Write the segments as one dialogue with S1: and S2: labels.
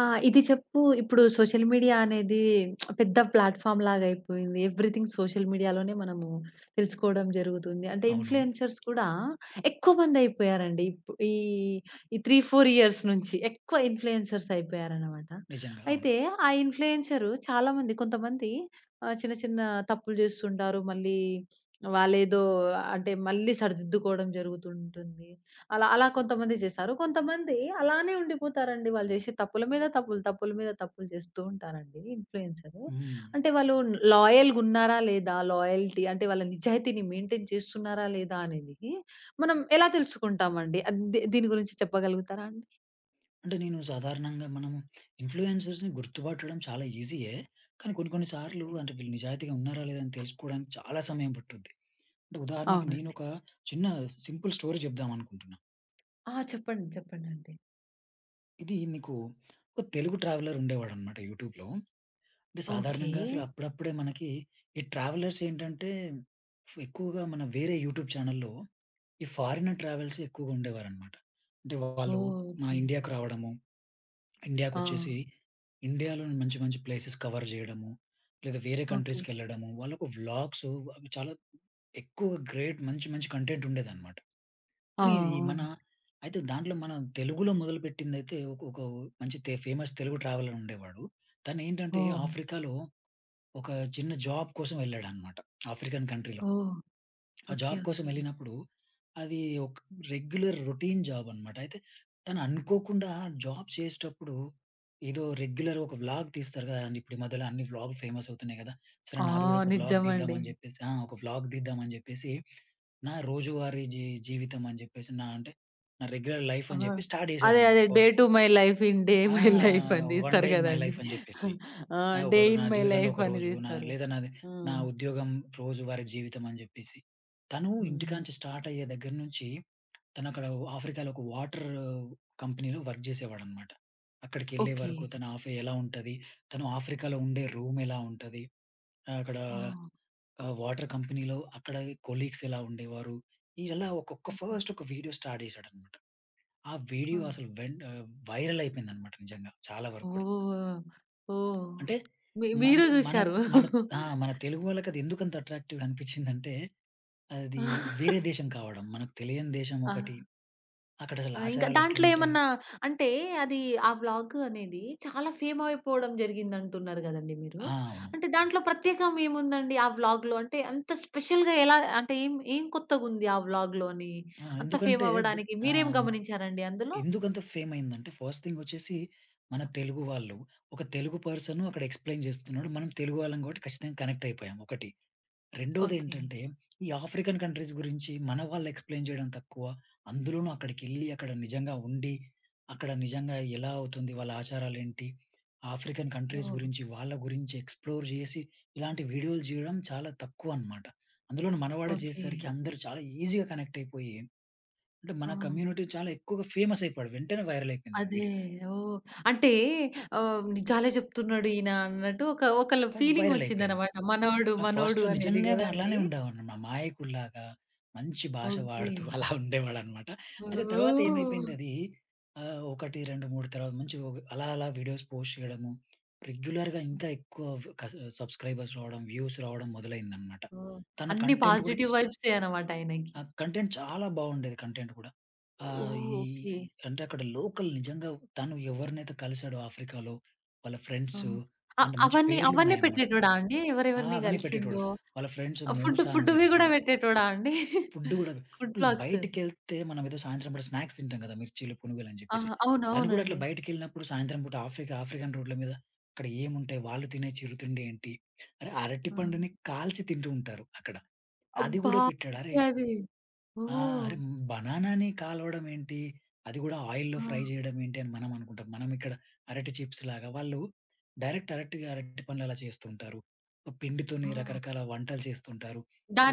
S1: ఆ! ఇది చెప్పు ఇప్పుడు సోషల్ మీడియా అనేది పెద్ద ప్లాట్‌ఫార్మ్ లాగా అయిపోయింది. ఎవ్రీథింగ్ సోషల్ మీడియాలోనే మనము తెలుసుకోవడం జరుగుతుంది. అంటే
S2: అవును.
S1: ఇన్‌ఫ్లుయెన్సర్స్ కూడా ఎక్కువ మంది అయిపోయారండి. ఇప్పు ఈ ఈ 3, 4 ఇయర్స్ నుంచి ఎక్కువ ఇన్‌ఫ్లుయెన్సర్స్ అయిపోయారనమాట.
S2: నిజంగా. అవును.
S1: అయితే ఆ ఇన్‌ఫ్లుయెన్సరు చాలామంది కొంతమంది చిన్న చిన్న తప్పులు చేస్తుంటారు. మళ్ళీ వాళ్ళేదో అంటే మళ్ళీ సరిదిద్దుకోవడం జరుగుతుంటుంది. అలా కొంతమంది చేశారు. కొంతమంది అలానే ఉండిపోతారండి. వాళ్ళు చేసే తప్పుల మీద తప్పులు, తప్పుల మీద తప్పులు చేస్తూ ఉంటారండి ఇన్‌ఫ్లుయెన్సరు.
S2: హ్మ్.
S1: అంటే వాళ్ళు లాయల్‌గా ఉన్నారా లేదా? లాయల్టీ అంటే వాళ్ళ నిజాయితీని మెయింటైన్ చేస్తున్నారా లేదా? అనేది మనం ఎలా తెలుసుకుంటామండి? అది ది దీని గురించి చెప్పగలుగుతారా అండి?
S2: అంటే నేను సాధారణంగా మనము ఇన్‌ఫ్లుయెన్సర్స్‌ని గుర్తుపట్టడం చాలా ఈజీయే. కానీ కొన్ని కొన్ని సార్లు
S1: ఓకే.
S2: అంటే వీళ్ళు నిజాయితీగా ఉన్నారా లేదా అని తెలుసుకోవడానికి చాలా సమయం పట్టుద్ది. అంటే ఉదాహరణకి
S1: అవునండి.
S2: నేనొక చిన్న సింపుల్ స్టోరీ చెప్దామనుకుంటున్నా.
S1: ఆ! చెప్పండి. చెప్పండండి.
S2: ఇది మీకు ఒక తెలుగు ట్రావెలర్ ఉండేవాడనమాట యూట్యూబ్‌లో. అంటే
S1: ఓకే.
S2: సాధారణంగా అసలు అప్పుడప్పుడే మనకి ఈ ట్రావెలర్స్ ఏంటంటే ఎక్కువగా మన వేరే యూట్యూబ్ ఛానెల్‌లో ఈ ఫారినర్ ట్రావెల్స్ ఎక్కువగా ఉండేవారనమాట. అంటే వాళ్ళు
S1: ఓహ్!
S2: మా
S1: ఓకే.
S2: ఇండియాకు రావడము
S1: ఆ!
S2: ఇండియాకొచ్చేసి, ఇండియాలోని మంచి మంచి ప్లేసెస్ కవర్ జేయడము, లేదా వేరే
S1: ఓకే.
S2: కంట్రీస్‌కెళ్ళడము, వాళ్ళకు వ్లాగ్స్ అవి చాలా ఎక్కువ గ్రేట్ మంచి మంచి కంటెంట్ ఉండేదన్నమాట.
S1: ఆ!
S2: కానీ ఈ మన
S1: అవును.
S2: అయితే దాంట్లో మన తెలుగులో మొదలుపెట్టిందైతే ఒక ఒక మంచి ఫేమస్ తెలుగు ట్రావెలర్ ఉండేవాడు. తనేంటంటే
S1: ఓహ్!
S2: ఆఫ్రికాలో ఒక చిన్న జాబ్ కోసం వెళ్ళాడన్నమాట. ఆఫ్రికన్ కంట్రీలో.
S1: ఓహ్!
S2: ఆ
S1: ఓకే.
S2: జాబ్ కోసం
S1: ఓకే.
S2: వెళ్ళినప్పుడు అది ఒక రెగ్యులర్ రొటీన్ జాబ్ అనమాట. అయితే తను అనుకోకుండా జాబ్ చేసేటప్పుడు ఏదో రెగ్యులర్ ఒక వ్లాగ్ తీస్తారు కదండీ! ఇప్పుడు ఈ మధ్యలో అన్ని వ్లాగులు ఫేమస్ అవుతున్నాయి కదా! సరే
S1: ఆ!
S2: నాది కూడా ఒక వ్లాగ్ తీద్దాం
S1: నిజమండి.
S2: అని చెప్పేసి ఒక వ్లాగ్ తీద్దాం అని చెప్పేసి నా రోజువారీ జీవితం అని చెప్పేసి నా అంటే నా రెగ్యులర్ లైఫ్ అని
S1: ఆహా!
S2: చెప్పి స్టార్ట్
S1: అదే.
S2: చేశాడన్నమాట.
S1: అదే.
S2: ఫ
S1: 'day to my life in day
S2: ఆ!
S1: మై లైఫ్' అని
S2: 'వన్ డే
S1: తీస్తారు
S2: ఇన్ మై
S1: గదండీ.
S2: లైఫ్' అని చెప్పేసి.
S1: ఆ!
S2: నాకు
S1: 'డే
S2: ఒక నా
S1: ఇన్ మై
S2: జీవితంలో
S1: లైఫ్'
S2: ఒక
S1: అని
S2: రోజు నా
S1: తీస్తారు.
S2: లేదా నాది నా
S1: హ్మ్.
S2: ఉద్యోగం రోజువారీ జీవితం అని జెప్పేసి. తను
S1: హ్మ్.
S2: ఇంటికాంచి స్టార్ట్ అయ్యే దగ్గర నుంచి తనక్కడ ఆఫ్రికాలో ఒక వాటర్ కంపెనీలో వర్క్ జేసేవాడనమాట. అక్కడికెళ్ళే
S1: ఓకే.
S2: వరకు తన ఎలా ఉంటది? తను ఆఫ్రికాలో ఉండే రూమ్ ఎలా ఉంటది? అక్కడ
S1: ఆ!
S2: వాటర్ కంపెనీలో అక్కడ కొలీగ్స్ ఎలా ఉండేవారు? ఇలా ఒక్కొక్క
S1: ఓకే.
S2: ఫస్ట్ ఒక వీడియో స్టార్ట్ జేశాడనమాట. ఆ
S1: ఆ!
S2: వీడియో అసలు వైరల్ అయిపోయిందనమాట నిజంగా చాలా వరకు కూడా.
S1: ఓహ్! ఓహ్!
S2: అంటే
S1: మీరు
S2: మనంటే మన
S1: జూసారు.
S2: మన మన తెలుగు వాళ్ళకది ఎందుకంత అట్రాక్టివ్‌గా అనిపించిందంటే, అది వేరే దేశం కావడం. మనకు తెలియని దేశం
S1: ఆ!
S2: ఒకటి. అక్కడసలు
S1: ఆ! ఇంకా
S2: ఆచారాలు
S1: దాంట్లో
S2: ఎట్లుంటాయి?
S1: ఏమన్నా అంటే అది ఆ వ్లాగ్ అనేది చాలా ఫేమ్ అయిపోవడం జరిగిందంటున్నారు గదండీ మీరు.
S2: ఆ! అవును.
S1: అంటే దాంట్లో ప్రత్యేకం ఏముందండి ఆ వ్లాగ్‌లో? అంటే అంత స్పెషల్‌గా ఎలా అంటే ఏం ఏం కొత్తగుంది ఆ వ్లాగ్‌లో అని
S2: ఆ!
S1: అంత ఫేమ్
S2: ఎందుకంటే ద్
S1: అవ్వడానికి మీరేం
S2: ఆహ్,
S1: గమనించారండి అందులో?
S2: ఎందుకంత ఫేమ్ అయిందంటే, ఫస్ట్ థింగ్ వచ్చేసి మన తెలుగు వాళ్ళు. ఒక తెలుగు పర్సన్ అక్కడ ఎక్స్‌ప్లెయిన్ చేస్తున్నాడు. మనం తెలుగు వాళ్ళం కాబట్టి ఖచ్చితంగా కనెక్ట్ అయిపోయాం ఒకటి.
S1: ఓకే.
S2: రెండోదేంటంటే, ఈ ఆఫ్రికన్ కంట్రీస్ గురించి మన వాళ్ళు ఎక్స్‌ప్లెయిన్ చేయడం తక్కువ. అందులోనూ అక్కడికెళ్లి, అక్కడ నిజంగా ఉండి, అక్కడ నిజంగా ఎలా అవుతుంది, వాళ్ళ ఆచారాలేంటి, ఆఫ్రికన్ కంట్రీస్
S1: ఓహ్!
S2: గురించి, వాళ్ళ గురించి ఎక్స్‌ప్లోర్ చేసి, ఇలాంటి వీడియోలు చేయడం చాలా తక్కువనమాట. అందులోనూ మనవాడే
S1: ఓకే.
S2: చేసేసరికి అందరూ చాలా ఈజీగా కనెక్ట్ అయిపోయి, అంటే
S1: ఆ!
S2: మన కమ్యూనిటీ చాలా ఎక్కువగా ఫేమస్ అయిపోయాడు. వెంటనే వైరల్ అయిపోయింది ఆ
S1: అదే.
S2: వీడియో.
S1: ఓహ్! అంటే నిజాలే జెప్తున్నాడు ఈయన అన్నట్టు ఒకళ్ళ ఫీలింగ్
S2: వైరల్ అయిపోయింది.
S1: వచ్చిందనమాట. మనోడు మనోడు
S2: ఫస్ట్‌లో
S1: అనేది
S2: నిజంగానే
S1: గదా
S2: అలానే
S1: అండి.
S2: ఉండేవాడిని. అమాయకుడిలాగా మంచి భాష
S1: ఓకే.
S2: వాడుతూ అలా ఉండేవాడనమాట. అయితే తర్వాత
S1: ఓహ్!
S2: ఏమైపోయిందది 1, 2, 3 తర్వాత మంచి అలా అలా వీడియోస్ పోస్ట్ చేయడము, రెగ్యులర్‌గా ఇంకా ఎక్కువ కస సబ్‌స్క్రైబర్స్ రావడం, వ్యూస్ రావడం మొదలైందనమాట.
S1: ఓహ్!
S2: తన
S1: అన్ని
S2: కంటెంట్ కూడా
S1: పాజిటివ్ వైబ్సే అనమాట ఆయనకి.
S2: కంటెంట్ చాలా బాగుండేది కంటెంట్ కూడా.
S1: ఓహ్!
S2: ఈ
S1: ఓకే.
S2: అంటే అక్కడ లోకల్ నిజంగా తను ఎవరినైతే కలిసాడో ఆఫ్రికాలో వాళ్ళ
S1: ఆ!
S2: ఫ్రెండ్స్
S1: అ
S2: అంటే మంచి
S1: అవన్నీ అవన్నీ
S2: పేర్లున్నాయన్నమాట.
S1: పెట్టేటోడా అండి?
S2: ఆ!
S1: ఎవరెవరిని
S2: అవన్నీ పెట్టేటోడు.
S1: కలిసిండో?
S2: వాళ్ళ ఫ్రెండ్స్
S1: ఆ! ఫుడ్
S2: మూస అని
S1: ఫుడ్‌వి
S2: చెప్పి,
S1: గూడా పెట్టేటోడా అండి?
S2: ఫుడ్ గూడా
S1: ఫుడ్ బ్లాగ్స్.
S2: బయటికెళ్తే మనం ఏదో సాయంత్రం పూట స్నాక్స్ తింటాం కదా! మిర్చీలు, పునుగులు అని చెప్పేసి.
S1: ఆహా! అవును.
S2: తను కూడా అట్లా
S1: అవునండి.
S2: బయటికెళ్ళినప్పుడు సాయంత్రం పూట ఆఫ్రికా ఆఫ్రికన్ రోడ్ల మీద అక్కడ ఏముంటాయి? వాళ్ళు తినే చిరుతిండి ఏంటి? అరె
S1: ఆ!
S2: అరటిపండుని కాల్చి తింటూ ఉంటారు అక్కడ. అది
S1: అబ్బా!
S2: గూడా పెట్టాడు. అరే!
S1: అది.
S2: ఆ!
S1: ఓహ్!
S2: అరే! బనానాని కాలవడం ఏంటి? అది గూడా ఆయిల్‌లో
S1: ఆ!
S2: ఫ్రై జేయడం ఏంటి అని మనం అనుకుంటాం. మనం ఇక్కడ అరటి చిప్స్ లాగా. వాళ్ళు డైరెక్ట్ అరటిగా అరటి పండ్లు అలా చేస్తుంటారు. పిండితోని
S1: ఆ!
S2: రకరకాల వంటలు చేస్తుంటారు.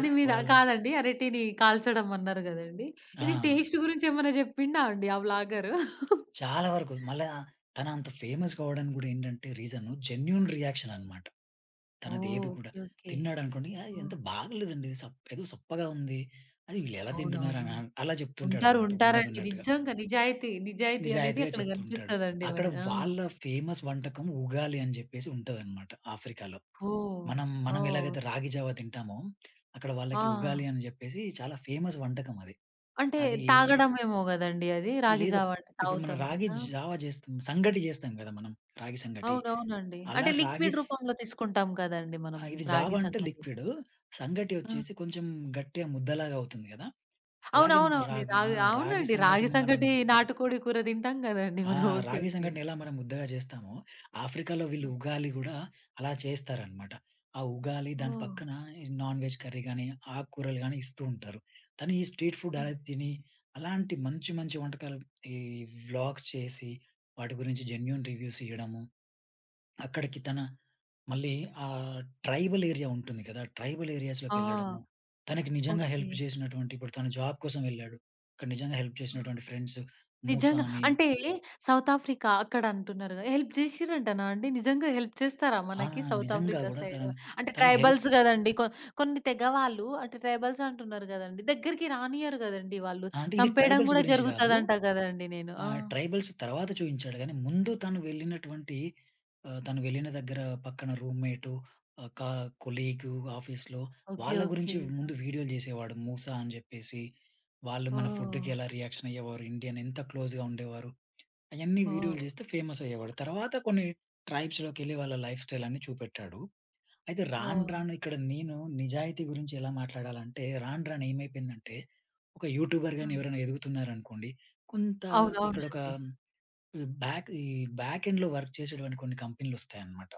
S2: ఉ
S1: మీద
S2: వాళ్ళు
S1: కాదండి. అరటిని కాల్చడం అన్నారు గదండీ!
S2: ఆ!
S1: ఇది టేస్ట్ గురించి ఏమన్నా జెప్పిండా అండి ఆ వ్లాగరు?
S2: చాలా వరకు మళ్ళా తన అంత ఫేమస్ కావడానికి గూడా ఏంటంటే రీజను జెన్యూన్ రియాక్షన్ అనమాట. తనదేది
S1: ఓహ్!
S2: గూడా.
S1: ఓకే. ఓకే.
S2: తిన్నాడనుకోండి, "ఆ! ఎంత
S1: ఓహ్!
S2: బాగలేదండి. ఏదో సప్పగా ఉంది. అది వీళ్ళెలా తింటున్నారు"
S1: అవునవును.
S2: అని అలా
S1: ఉంటారు.
S2: చెప్తుంటాడనమాట
S1: ఉంటారండి.
S2: ఉన్నదున్నట్టుగా.
S1: నిజంగా నిజాయితీ, నిజాయితీ అనేది
S2: నిజాయితీగా
S1: అక్కడ
S2: చెప్తుంటాడు.
S1: కనిపిస్తదండి మన.
S2: అక్కడ
S1: ఆ!
S2: వాళ్ళ ఫేమస్ వంటకం ఉగాలి అని జెప్పేసి ఉంటదనమాట ఆఫ్రికాలో.
S1: ఓహ్!
S2: మనం మనం
S1: ఓహ్!
S2: ఎలాగైతే రాగి జావ తింటామో, అక్కడ వాళ్ళకి
S1: ఆ!
S2: ఉగాలి అని జెప్పేసి చాలా ఫేమస్ వంటకం అది.
S1: అంటే
S2: అది
S1: తాగడమేమో గదండీ అది. రాగి
S2: లేదు
S1: జావ
S2: ఒక-
S1: అంటే
S2: ఇప్పుడు మనం
S1: తాగుతాం
S2: రాగి
S1: కదా!
S2: జావ జేస్తాం. సంగటి జేస్తాం గదా! మనం రాగి సంగటి.
S1: అవునవునండి.
S2: అలా
S1: అంటే
S2: రాగి
S1: లిక్విడ్
S2: స్
S1: రూపంలో తీసుకుంటాం కదండీ మనం
S2: ఆహ్, ఇది జావ
S1: రాగి
S2: అంటే
S1: సంకటి.
S2: లిక్విడ్. సంగటి
S1: ఆ!
S2: వచ్చేసి కొంచెం గట్టిగా ముద్దలాగా అవుతుంది గదా! అలాగే మనం
S1: అవునవునండి. రాగి
S2: రాగి
S1: అవునండి. రాగి
S2: సంగటిని మనం
S1: సంకటి, నాటుకోడి కూర తింటాం గదండీ
S2: ఆ!
S1: మనం. ఓకే.
S2: రాగి
S1: ఓకే.
S2: సంఘటన ఎలా మనం ముద్దగా చేస్తామో, ఆఫ్రికాలో
S1: ఆ!
S2: వీళ్ళు ఉగాలి గూడా అలా చేస్తారనమాట. ఆ ఉగాలి దాని
S1: ఓహ్!
S2: పక్కన ఈ నాన్ వెజ్ కర్రీ గాని, ఆకుకూరలు గాని ఇస్తూ ఉంటారు. తను ఈ స్ట్రీట్ ఫుడ్
S1: ఆ!
S2: అలా తిని, అలాంటి మంచి మంచి వంటకాలు ఈ వ్లాగ్స్ చేసి, వాటి గురించి జెన్యూన్ రివ్యూస్ ఇయ్యడము. అక్కడికి తన మళ్ళీ ఆహ్, ట్రైబల్ ఏరియా ఉంటుంది కదా! ట్రైబల్
S1: ఆ!
S2: ఏరియాస్‌లోకెళ్ళడము. తనకి నిజంగా
S1: ఓకే.
S2: హెల్ప్ చేసినటువంటి ఇప్పుడు తను జాబ్ కోసం వెళ్ళాడు. అక్కడ నిజంగా హెల్ప్
S1: ఆ!
S2: చేసినటువంటి ఫ్రెండ్స్ మూసా
S1: నిజంగా.
S2: అని
S1: అంటే సౌత్ ఆఫ్రికా అక్కడ అంటున్నారు. హెల్ప్ జేసిర్రంటనా అండి? నిజంగా హెల్ప్ చేస్తారా
S2: ఆ!
S1: మనకి సౌత్
S2: నిజంగా
S1: ఆఫ్రికా
S2: గూడా
S1: సైడ్?
S2: తను,
S1: అంటే
S2: తను హెల్ప్
S1: ట్రైబల్స్ గదండీ! కొన్ని తెగ వాళ్ళు అంటే ట్రైబల్స్ అంటున్నారు గదండీ! దగ్గరికి రానియ్యరు గదండీ వాళ్ళు.
S2: అంటే ఇది
S1: చంపేయడం
S2: ట్రైబల్స్
S1: గూడా
S2: గురించి గాదు.
S1: జరుగుతదంట గదండీ నేను. ఆ!
S2: ట్రైబల్స్ తర్వాత చూయించాడు గానీ, ముందు తను వెళ్ళినటువంటి తను వెళ్ళిన దగ్గర పక్కన రూమ్‌మేటు ఆహ్, కా కొలీగు ఆఫీస్‌లో
S1: ఓకే.
S2: వాళ్ళ గురించి
S1: ఓకే.
S2: ముందు వీడియోలు జేసేవాడు. మూసా అని జెప్పేసి, వాళ్ళు మన ఫుడ్‌కి
S1: ఓహ్!
S2: ఎలా రియాక్షన్ అయ్యేవారు, ఇండియన్ ఎంత క్లోజ్‌గా ఉండేవారు. అయన్నీ వీడియోలు
S1: ఓహ్!
S2: జేస్తే ఫేమస్ అయ్యేవాడు. తర్వాత కొన్ని ట్రైబ్స్‌లోకెళ్ళి వాళ్ళ లైఫ్ స్టైల్ అన్ని చూపెట్టాడు. అయితే రాను
S1: ఓహ్!
S2: రాను ఇక్కడ నేను నిజాయితీ గురించి ఎలా మాట్లాడాలంటే, రాను రాను ఏమైపోయిందంటే, ఒక యూట్యూబర్ గాని
S1: హ్మ్.
S2: ఎవరైనా ఎదుగుతున్నారనుకోండి, కొంత ఇక్కడొక
S1: అవునవునండి.
S2: బ్యాక్ ఈ బ్యాక్ ఎండ్‌లో వర్క్ చేసేటువంటి కొన్ని కంపెనీలొస్తాయన్నమాట.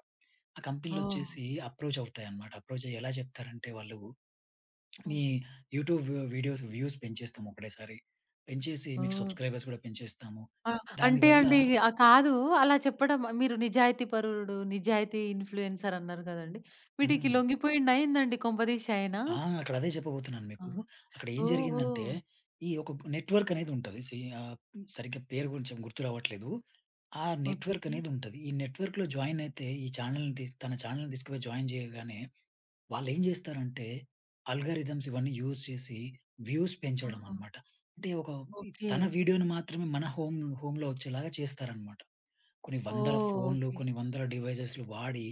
S2: ఆ
S1: ఓహ్!
S2: కంపెనీలొచ్చేసి అప్రోచ్ అవుతాయన్నమాట. అప్రోచ్ అయ్యి ఎలా చెప్తారంటే వాళ్ళు, "మీ
S1: హ్మ్.
S2: యూట్యూబ్ వీడియోస్ వ్యూస్ పెంచేస్తాము ఒకటేసారి. పెంచేసి మీకు
S1: ఓహ్!
S2: సబ్‌స్క్రైబర్స్ కూడా పెంచేస్తాము.
S1: ఆ! అంటే
S2: దానివల్ల."
S1: అండి ఆ! కాదు. అలా చెప్పడం మీరు నిజాయితీ పరుడు, నిజాయితీ ఇన్‌ఫ్లుయెన్సర్ అన్నారు గదండీ! వీటికి
S2: హ్మ్.
S1: లొంగిపోయిండా ఏందండి కొంపదీసి ఆయన?
S2: ఆ! అక్కడ అదే చెప్పబోతున్నాను
S1: ఆ!
S2: మీకు. అక్కడ ఏం
S1: ఓహ్!
S2: జరిగిందంటే,
S1: ఓహ్!
S2: ఈ ఒక నెట్‌వర్క్ అనేది ఉంటది. సరిగ్గా పేరు కొంచెం గుర్తు రావట్లేదు. ఆ
S1: ఓకే.
S2: నెట్‌వర్క్ అనేది ఉంటది. ఈ నెట్‌వర్క్‌లో జాయిన్ అయితే ఈ ఛానెల్‌ని తన ఛానెల్‌ని తీసుకుపోయి జాయిన్ చేయగానే వాళ్ళేం జేస్తారంటే, ఆల్గారిథమ్స్ ఇవన్నీ యూజ్ చేసి వ్యూస్
S1: ఆ!
S2: పెంచడం అన్నమాట. అంటే ఒక
S1: ఓకే.
S2: తన వీడియోని మాత్రమే మన హోమ్‌లో వచ్చేలాగా చేస్తారన్నమాట. కొన్ని
S1: ఓహ్!
S2: వందల ఫోన్‌లు,
S1: ఓకే.
S2: కొన్ని వందల డివైసెస్‌లు వాడి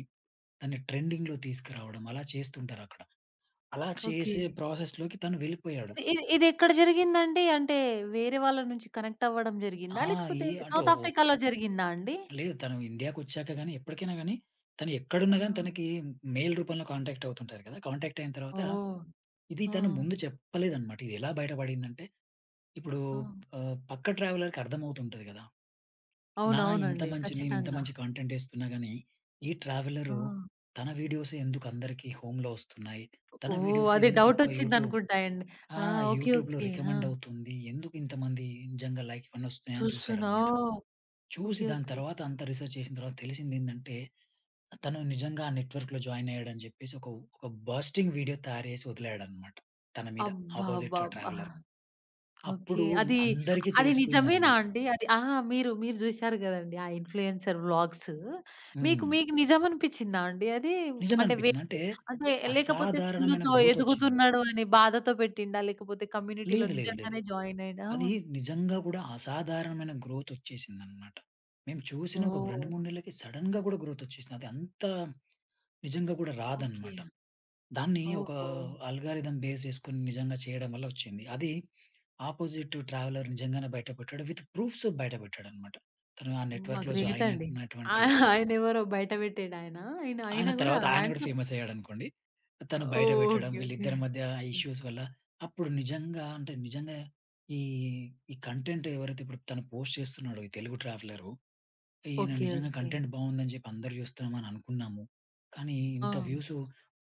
S2: దాన్ని ట్రెండింగ్‌లో తీసుకురావడం అలా చేస్తుంటారక్కడ. అలా
S1: ఓకే.
S2: చేసే ప్రాసెస్‌లోకి తను వెళ్ళిపోయాడు.
S1: ఇది ఇది ఇదెక్కడ జరిగిందండి? అంటే వేరే వాళ్ళ నుంచి కనెక్ట్ అవ్వడం జరిగిందా?
S2: ఆ! ఈ
S1: లేకపోతే
S2: అంటే
S1: సౌత్
S2: ఒక్స్
S1: ఆఫ్రికాలో జరిగిందా అండి?
S2: లేదు తను ఇండియాకొచ్చాక గాని, ఎప్పటికైనా గాని, తను ఎక్కడున్నా
S1: ఆ!
S2: గాని తనకి మెయిల్ రూపంలో కాంటాక్ట్ అవుతుంటారు కదా! కాంటాక్ట్ అయిన తర్వాత
S1: ఓహ్!
S2: ఇది
S1: ఆ!
S2: తను ముందు చెప్పలేదన్నమాట. ఇది ఎలా బయటపడిందంటే, ఇప్పుడు
S1: ఆ!
S2: పక్క ట్రావెలర్‌కి అర్థమవుతుంటది కదా! నా ఇంత
S1: అవునవునండి.
S2: మంచి నేను ఇంత
S1: ఖచ్చితంగా.
S2: మంచి కంటెంట్ ఏస్తున్నా గాని, ఈ
S1: ఆ!
S2: ట్రావెలరు తన వీడియోసే ఎందుకు అందరికి హోమ్‌లో వస్తున్నాయి? తన
S1: ఓహ్!
S2: వీడియోసే
S1: అదే
S2: ఎందుకు ఎక్కువ యూట్యూబ్
S1: డౌటొచ్చిందనుకుంటాయండి.
S2: ఆ!
S1: ఆ! ఓకే.
S2: యూట్యూబ్‌లో
S1: ఓకే. ఆ!
S2: రికమెండ్ అవుతుంది. ఎందుకు ఇంతమంది నిజంగా లైక్ ఇవన్నీ వస్తున్నాయని
S1: చూస్తున్నా.
S2: చూసాడనమాట.
S1: ఓహ్!
S2: చూసి
S1: ఓకే.
S2: దాని
S1: ఓకే.
S2: తర్వాత అంతా రిసర్చ్ చేసిన తర్వాత తెలిసిందేందంటే, తను నిజంగా ఆ నెట్‌వర్క్‌లో జాయిన్ అయ్యాడని చెప్పేసి ఒక ఒక బర్స్టింగ్ వీడియో తయారు చేసి వదిలాడనమాట. తన మీద అపోజిట్
S1: అబ్బబ్బబ్బా!
S2: ట్రావెలర్.
S1: ఓకే.
S2: అప్పుడు
S1: అది,
S2: అందరికీ
S1: అది నిజమేనా
S2: తెలిసిపోయిందనమాట.
S1: అండి? అది ఆ! మీరు జూశారు గదండీ ఆ ఇన్‌ఫ్లూయెన్సర్ వ్లాగ్స్. మీకు,
S2: హ్మ్.
S1: మీకు నిజమనిపిచ్చిందా అండి అది? అంటే వే
S2: నిజమనిపించింది. అంటే
S1: అంటే లేకపోతే
S2: అసాధారణమైన
S1: కుళ్ళుతో
S2: గ్రోతొచ్చింది.
S1: ఎదుగుతున్నాడు అని బాధతో పెట్టిండా? లేకపోతే కమ్యూనిటీలో
S2: లేదు. లేదు. లేదు.
S1: నిజంగానే జాయిన్ అయ్యిండా?
S2: అది నిజంగా గూడా అసాధారణమైన గ్రోతొచ్చేసిందనమాట. మేము చూసిన ఒక 2,
S1: ఓహ్!
S2: 3 నెల్లకి సడెన్‌గా గూడా గ్రోతొచ్చేసింది. అది అంత నిజంగా గూడా
S1: ఓకే.
S2: రాదనమాట. దాన్ని ఒక
S1: ఓహో!
S2: ఆల్గారిథమ్ బేస్ జేసుకొని నిజంగా చేయడం వల్ల వచ్చింది. అది ఆపోజిట్ ట్రావెలర్ నిజంగానే బయట పెట్టాడు. విత్ ప్రూఫ్స్ బయట పెట్టాడనమాట. తను ఆ
S1: అమ్మ!
S2: నెట్‌వర్క్‌లో
S1: గ్రేట్
S2: జాయిన్
S1: అండి. ఆ!
S2: అయినటువంటి
S1: ఆయనెవరో బయట పెట్టాడాయన. ఆయన ఆయన
S2: ఆయన
S1: అయినా గూడా
S2: తర్వాత ఆయన కూడా
S1: హ్యాండ్సమ్.
S2: ఫేమస్ అయ్యాడనుకోండి. తను బయట
S1: ఓహ్!
S2: పెట్టడం,
S1: ఓకే. ఓకే.
S2: వీళ్ళిద్దరి మధ్య
S1: హ్మ్.
S2: ఇష్యూస్ వల్ల అప్పుడు నిజంగా అంటే నిజంగా ఈ, ఈ కంటెంట్ ఎవరైతే ఇప్పుడు తను పోస్ట్ చేస్తున్నాడో ఈ తెలుగు ట్రావెలరు, ఈయన
S1: ఓకే.
S2: నిజంగా
S1: ఓకే.
S2: కంటెంట్ బావుందని చెప్పి అందరూ చూస్తున్నామని అనుకున్నాము. కానీ
S1: ఆ!
S2: ఇంత వ్యూస్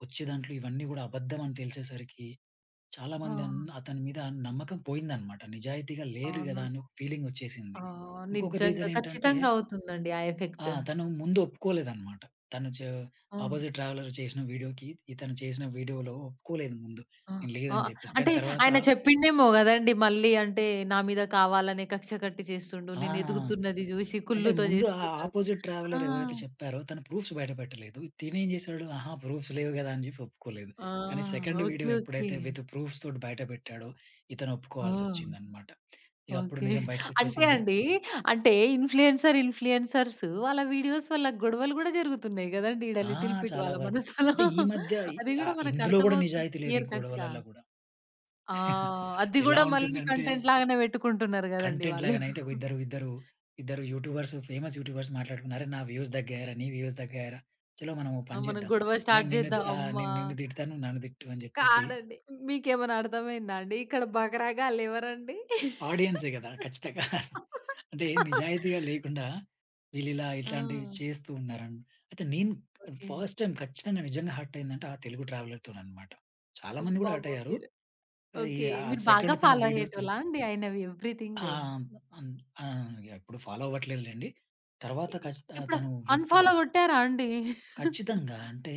S2: వచ్చే దాంట్లో ఇవన్నీ కూడా అబద్ధం అని తెలిసేసరికి
S1: ఆ!
S2: చాలామంది అతని మీద నమ్మకం పోయిందన్నమాట. నిజాయితీగా లేరు
S1: అవును.
S2: గదా! అని ఒక ఫీలింగ్ వచ్చేసింది.
S1: ఆ!
S2: ఇంకొక
S1: నిజంగా.
S2: రీజన్ ఏంటంటే
S1: ఖచ్చితంగా అవుతుందండి ఆ ఎఫెక్ట్.
S2: తను ముందు ఒప్పుకోలేదన్నమాట. తను చే
S1: ఆ!
S2: అపోజిట్ ట్రావెలర్ చేసిన వీడియోకి ఇతను చేసిన వీడియోలో ఒప్పుకోలేదు ముందు.
S1: ఆ!
S2: నేను
S1: ఆ!
S2: లేదని జెప్పేసి. కానీ
S1: అంటే
S2: తర్వాత
S1: ఆయన చెప్పిండేమో గదండీ మళ్ళీ అంటే నా మీద కావాలనే కక్ష కట్టి చేస్తుండు. నేను
S2: ఆ!
S1: ఎదుగుతున్నది జూసి
S2: అంటే
S1: కుళ్ళుతో
S2: ముందు ఆ
S1: జేస్తున్నాడు.
S2: అపోజిట్
S1: ఆ!
S2: ట్రావెలర్ ఎవరైతే చెప్పారో తను ప్రూఫ్స్ బయట పెట్టలేదు. తినేం జేసాడు, ఆహా! ప్రూఫ్స్ లేవు గదా! అని జెప్పి ఒప్పుకోలేదు.
S1: ఆ!
S2: కానీ సెకండ్ వీడియో
S1: ఓకే. ఓకే.
S2: ఎప్పుడైతే విత్ ప్రూఫ్స్ తోటి బయట పెట్టాడో ఇతను
S1: ఆ!
S2: ఒప్పుకోవాల్సొచ్చిందన్నమాట. ఇగ అప్పుడు
S1: ఓకే.
S2: నిజం
S1: అంటే
S2: బయటకొచ్చేసింది.
S1: అండి, అంటే ఇన్‌ఫ్లుయెన్సర్స్ వాళ్ళ వీడియోస్ వల్ల గొడవలు గూడా జరుగుతున్నాయి గదండీ! ఈడ
S2: ఆ!
S1: లిటిల్ పిట్
S2: చాలా
S1: వాళ్ళ
S2: వరకు.
S1: మనసులో.
S2: అంటే ఈ మధ్య
S1: అది గూడా
S2: ఇందులో గూడా
S1: మనకర్థమవుతుంది
S2: నిజాయితీ లేదు ఈ
S1: క్లియర్ కట్‌గా.
S2: గొడవలల్ల గూడా.
S1: ఆ! అది
S2: ఎలా
S1: గూడా మళ్ళీ
S2: ఉంటుందంటే
S1: కంటెంట్ లాగానే పెట్టుకుంటున్నారు గదండీ
S2: కంటెంట్
S1: వాళ్ళు.
S2: లాగానైతే ఒక ఇద్దరు యూట్యూబర్స్ ఫేమస్ యూట్యూబర్స్ మాట్లాడుకున్నారు. "అరే! నా వ్యూస్ దగ్గేయరా, నీ వ్యూస్ దగ్గేయరా. చలో మనం ఓ
S1: ఆ!
S2: పని
S1: మనం
S2: చేద్దాం.
S1: గొడవ స్టార్ట్ జేద్దాం అమ్మా!
S2: నేను నిన్ను తిడతా, నువ్వు నన్ను తిట్టు" అని చెప్పేసి
S1: కాదండి. మీకేమైనా అర్థమైందా అండి? ఇక్కడ బకరాగాళ్ళెవరండి?
S2: ఆడియన్సే కదా! ఖచ్చితంగా. అంటే నిజాయితీగా లేకుండా వీళ్ళిలా
S1: ఆ!
S2: ఇట్లాంటివి చేస్తూ అయితే నేను
S1: ఓకే.
S2: ఫస్ట్ టైమ్ ఖచ్చితంగా నిజంగా హర్ట్ అయిందంటే ఆ తెలుగు ట్రావెలర్‌తోననమాట. చాలామంది కూడా హర్ట్
S1: అబ్బాబ్బా!
S2: అయ్యారు.
S1: మీరు
S2: ఈ
S1: ఓకే.
S2: ఆ
S1: మీరు బాగా
S2: సెకండ్ తన
S1: ఫాలో
S2: వీడియోస్‌తో
S1: అయ్యేటోళ్ళా అండి ఆయనవి
S2: ఆ!
S1: ఎవ్రీథింగ్?
S2: అన్ ఆ! ఇక ఇప్పుడు ఫాలో అవ్వట్లేదులెండి.
S1: ఇ
S2: తర్వాత
S1: ఇ
S2: ఖచ్చిత
S1: ఇప్పుడు
S2: తను విత్
S1: అన్‌ఫాలో గొట్టారా అండి?
S2: ఖచ్చితంగా. అంటే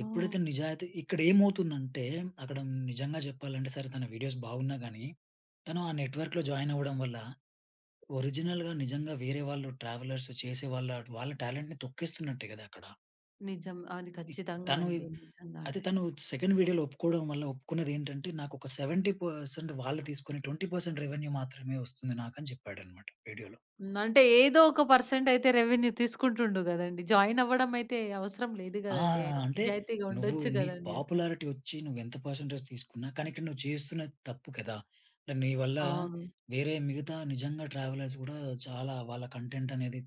S1: ఆ!
S2: ఎప్పుడైతే నిజాయితీ ఇక్కడేమవుతుందంటే, అక్కడ నిజంగా చెప్పాలంటే సరే తన వీడియోస్ బాగున్నా గానీ, తను ఆ నెట్‌వర్క్‌లో జాయిన్ అవ్వడం వల్ల ఒరిజినల్‌గా నిజంగా వేరే వాళ్ళు ట్రావెలర్స్ చేసే వాళ్ళ, వాళ్ళ టాలెంట్‌ని తొక్కేస్తున్నట్టే కదా! అక్కడ.
S1: నిజం. అది
S2: ఇ తను
S1: ఖచ్చితంగానండి. నిజంగా
S2: అయితే
S1: అదే.
S2: తను సెకండ్ వీడియోలో ఒప్పుకోవడం వల్ల ఒప్పుకున్నదేంటంటే, నాకొక 70% వాళ్ళు తీసుకొని 20% రెవెన్యూ మాత్రమే వస్తుంది నాకని చెప్పాడన్నమాట వీడియోలో.
S1: హ్మ్. అంటే ఏదో ఒక పర్సెంట్ అయితే రెవెన్యూ తీసుకుంటుండు గదండీ! జాయిన్ అవ్వడం అయితే అవసరం లేదు
S2: ఆ!
S1: గదండీ! ఆయనకి
S2: అంటే
S1: నిజాయితీగా
S2: నువ్వు
S1: ఉండొచ్చు
S2: నీకు
S1: గదండీ అక్కడ.
S2: పాపులారిటీ వచ్చి నువ్వెంత పర్సెంటేజ్ తీసుకున్నా, కానీ ఇక్కడ నువ్వు చేస్తున్నది తప్పు కదా! అంటే నీ వల్ల
S1: అవును.
S2: వేరే మిగతా నిజంగా ట్రావెలర్స్ కూడా చాలా వాళ్ళ కంటెంట్ అనేది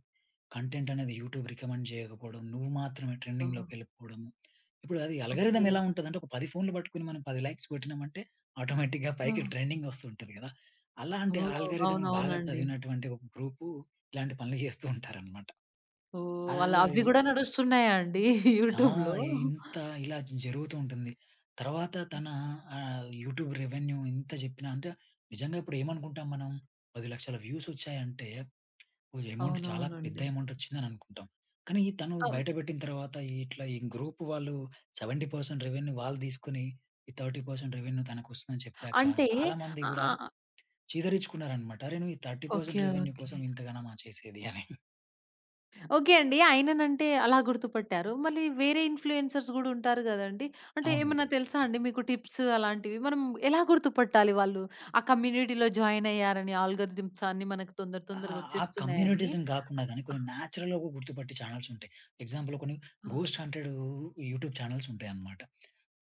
S2: కంటెంట్ అనేది యూట్యూబ్ రికమెండ్ చేయకపోవడం, నువ్వు మాత్రమే
S1: ఓహ్!
S2: ట్రెండింగ్‌లోకెళ్ళిపోవడము. ఇప్పుడు అది
S1: ఓకే.
S2: అల్గారిథమ్ ఎలా ఉంటదంటే, ఒక 10 ఫోన్‌లు పట్టుకొని మనం 10 లైక్స్ కొట్టినామంటే ఆటోమేటిక్‌గా
S1: ఆ!
S2: పైకి ట్రెండింగ్ వస్తుంటది కదా! అలాంటి
S1: ఓహ్!
S2: అల్గారిథమ్‌ని బాగా
S1: అవునవునండి.
S2: చదివినటువంటి ఒక గ్రూపు ఇలాంటి పనులు చేస్తూ ఉంటారనమాట.
S1: ఓహ్! అలా
S2: అలా
S1: అవి గూడా నడుస్తున్నాయా అండి
S2: ఆ!
S1: యూట్యూబ్‌లో?
S2: ఇంత ఇలా జరుగుతూ ఉంటుంది. తర్వాత తన యూట్యూబ్ రెవెన్యూ ఇంత జెప్పినా అంటే నిజంగా ఇప్పుడు ఏమనుకుంటాం మనం 10,00,000 వ్యూస్ వచ్చాయంటే ఓ అమౌంట్ చాలా పెద్ద
S1: అవునవునండి.
S2: అమౌంట్ వచ్చిందని అనుకుంటాం. కానీ తను
S1: అం
S2: బయట పెట్టిన తర్వాత ఇట్లా ఈ గ్రూప్ వాళ్ళు 70% రెవెన్యూ వాళ్ళు తీసుకొని ఈ 30% రెవెన్యూ తనకొస్తుందని చెప్పాక
S1: అంటే
S2: చాలామంది గూడా
S1: ఆహ్,
S2: చీదరించుకున్నారనమాట. "అరె! నువ్వు ఈ 30%
S1: ఓకే.
S2: రెవెన్యూ కోసం
S1: ఓకే.
S2: ఇంతగనమా చేసేది" అని.
S1: ఓకే అండి. ఆయననంటే అలా గుర్తుపట్టారు. మళ్ళీ వేరే ఇన్‌ఫ్లుయెన్సర్స్ గూడా ఉంటారు గదండీ! అంటే
S2: అవును.
S1: ఏమన్నా తెలుసా అండి మీకు టిప్స్ అలాంటివి? మనం ఎలా గుర్తుపట్టాలి వాళ్ళు ఆ కమ్యూనిటీలో జాయిన్ అయ్యారని? ఆల్గోరిథమ్స్ అన్నీ మనకు తొందర
S2: ఆ!
S1: తొందరగా
S2: ఆ
S1: వచ్చేస్తున్నాయని.
S2: కమ్యూనిటిజం గాకుండా గాని కొన్ని నేచురల్‌గా గూడా గుర్తుపట్టే ఛానెల్స్ ఉంటాయి. ఎగ్జాంపుల్ కొన్ని గోస్ట్ హంటెడ్ యూట్యూబ్ ఛానెల్స్ ఉంటాయన్నమాట.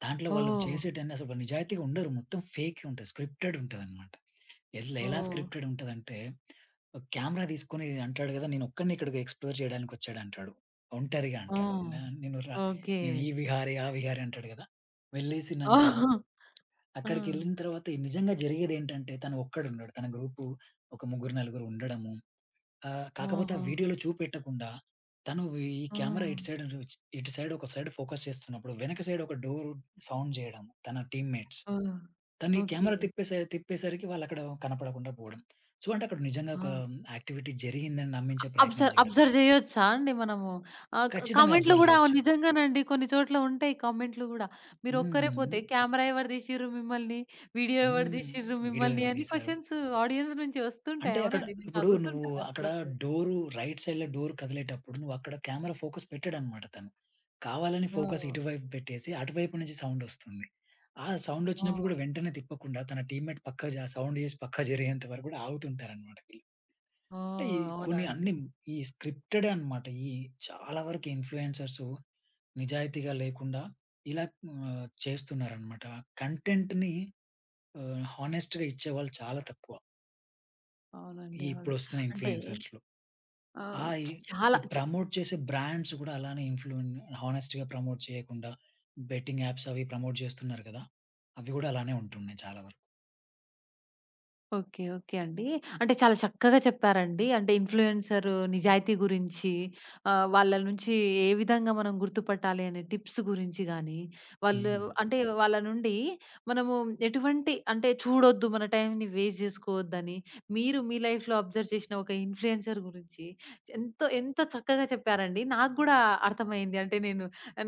S2: దాంట్లో వాళ్ళు
S1: ఓహ్!
S2: చేసేటన్ని అసలు వాళ్ళు నిజాయితీగా ఉండరు. మొత్తం ఫేకే ఉంటది. స్క్రిప్టెడ్ ఉంటదన్నమాట. ఎట్లా ఎలా ఎలా
S1: ఓహ్!
S2: స్క్రిప్టెడ్ ఉంటదంటే కెమెరా తీసుకొని అంటాడు గదా! నేనొక్కడినే ఇక్కడికి ఎక్స్‌ప్లోర్ చేయడానికొచ్చాడంటాడు. ఒంటరిగా
S1: ఆ!
S2: అంటాడు. న నేను రా
S1: ఓకే.
S2: నేను ఈ విహారి, ఆ విహారి అంటాడు గదా!
S1: ఆ!
S2: వెళ్ళేసినంక అక్కడికెళ్ళిన తర్వాత నిజంగా జరిగేదేంటంటే తను ఒక్కడుండడు. తన గ్రూపు ఒక ముగ్గురు, నలుగురు ఉండడము కాకపోతే ఆ
S1: ఓహో!
S2: వీడియోలో చూపెట్టకుండా, తను ఈ
S1: ఆ!
S2: కెమెరా ఇటు సైడ్ నుంచి ఇటు సైడ్ ఒక సైడ్ ఫోకస్ చేస్తున్నప్పుడు, వెనక సైడ్ ఒక డోర్ సౌండ్ చేయడం తన టీమ్‌మేట్స్.
S1: ఆ!
S2: తను ఈ
S1: ఓకే.
S2: కెమెరా తిప్పేసరికి వాళ్ళక్కడ కనపడకుండా పోవడం. సో, అంటే అక్కడ నిజంగా
S1: ఆ!
S2: ఒక యాక్టివిటీ జరిగిందని నమ్మించే ప్రయత్నం
S1: అబ్జర్వ్
S2: చేయడం.
S1: అబ్జర్వ్ జేయొచ్చా అండి మనము? ఆహ్, క
S2: ఖచ్చితంగా
S1: కామెంట్‌లో
S2: అబ్జర్వ్
S1: గూడా
S2: చేయొచ్చు.
S1: నిజంగానండి కొన్ని చోట్ల ఉంటాయి కామెంట్‌లు గూడా.
S2: హ్మ్.
S1: మీరొక్కరే పోతే
S2: ఎందుకు
S1: కెమెరా ఎవరు దీశిర్రు మిమ్మల్ని? వీడియో ఎవరు
S2: హ్మ్.
S1: దీశిర్రు
S2: వీడియో
S1: మిమ్మల్ని?
S2: ఎవరు
S1: అని
S2: తీశారు?
S1: క్వెషన్స్ ఆడియన్స్ నుంచి
S2: అంటే
S1: వస్తుంటాయి.
S2: అక్కడ
S1: అవునండి. నేను
S2: ఇప్పుడు నువ్వు
S1: చదువుతుంటాను
S2: అక్కడ
S1: అప్పుడప్పుడు.
S2: డోరు రైట్ సైడ్‌లో డోర్ కదిలేటప్పుడు నువ్వక్కడ కెమెరా ఫోకస్ పెట్టాడనమాట తను. కావాలని
S1: ఆ!
S2: ఫోకస్ ఇటువైపు పెట్టేసి, అటువైపు నుంచి సౌండొస్తుంది. ఆ
S1: ఆ!
S2: సౌండొచ్చినప్పుడు గూడా వెంటనే తిప్పకుండా తన టీమ్‌మేట్ పక్కకు సౌండ్ చేసి పక్కకు జరిగేంత వరకు గూడా ఆగుతుంటారనమాట వీళ్ళు.
S1: ఆ!
S2: అంటే ఈ
S1: అవునా
S2: కొన్ని
S1: అండి.
S2: అన్ని ఈ స్క్రిప్టెడే అనమాట. ఈ చాలా వరకు ఇన్‌ఫ్లుయెన్సర్సు నిజాయితీగా లేకుండా ఇలా చేస్తున్నారనమాట. కంటెంట్‌ని హానెస్ట్‌గా ఇచ్చేవాళ్ళు చాలా తక్కువ. ఈ
S1: అవునండి. అవును.
S2: ఇప్పుడొస్తున్న
S1: అంటే
S2: ఇన్‌ఫ్లుయెన్సర్స్‌లో. ఆ!
S1: ఆహ్,
S2: ఈ
S1: చాలా
S2: ఈ
S1: చ
S2: ప్రమోట్ చేసే బ్రాండ్స్ గూడా అలానే హానెస్ట్‌గా ప్రమోట్ చేయకుండా బెట్టింగ్ యాప్స్ అవి ప్రమోట్ చేస్తున్నారు కదా! అవి గూడా అలానే ఉంటున్నాయి చాలా వరకు.
S1: ఓకే. ఓకే అండి. అంటే చాలా చక్కగా చెప్పారండి. అంటే ఇన్‌ఫ్లుయెన్సర్ నిజాయితీ గురించి వాళ్ళ నుంచి ఏ విధంగా మనం గుర్తుపట్టాలి అనే టిప్స్ గురించి గానీ, వాళ్ళు
S2: హ్మ్.
S1: అంటే వాళ్ళ నుండి మనము ఎటువంటి అంటే చూడొద్దు, మన టైంని వేస్ట్ జేసుకోవద్దని, మీరు మీ లైఫ్‌లో అబ్జర్వ్ చేసిన ఒక ఇన్‌ఫ్లుయెన్సర్ గురించి ఎంతో, ఎంతో చక్కగా చెప్పారండి. నాకు గూడా అర్థమైంది. అంటే నేను,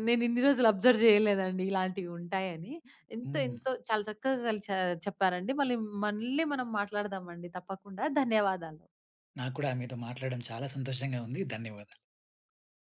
S1: నేను ఇన్ని రోజులు అబ్జర్వ్ జేయలేదండి ఇలాంటివి ఉంటాయని. ఎంతో
S2: హ్మ్.
S1: ఎంతో చాలా చక్కగా కలిసా చెప్పారండి. మళ్ళీ మళ్ళీ మనం మాట్లాడదామండి తప్పకుండా. ధన్యవాదాలు.
S2: నాకు కూడా మీతో మాట్లాడడం చాలా సంతోషంగా ఉంది. ధన్యవాదాలు.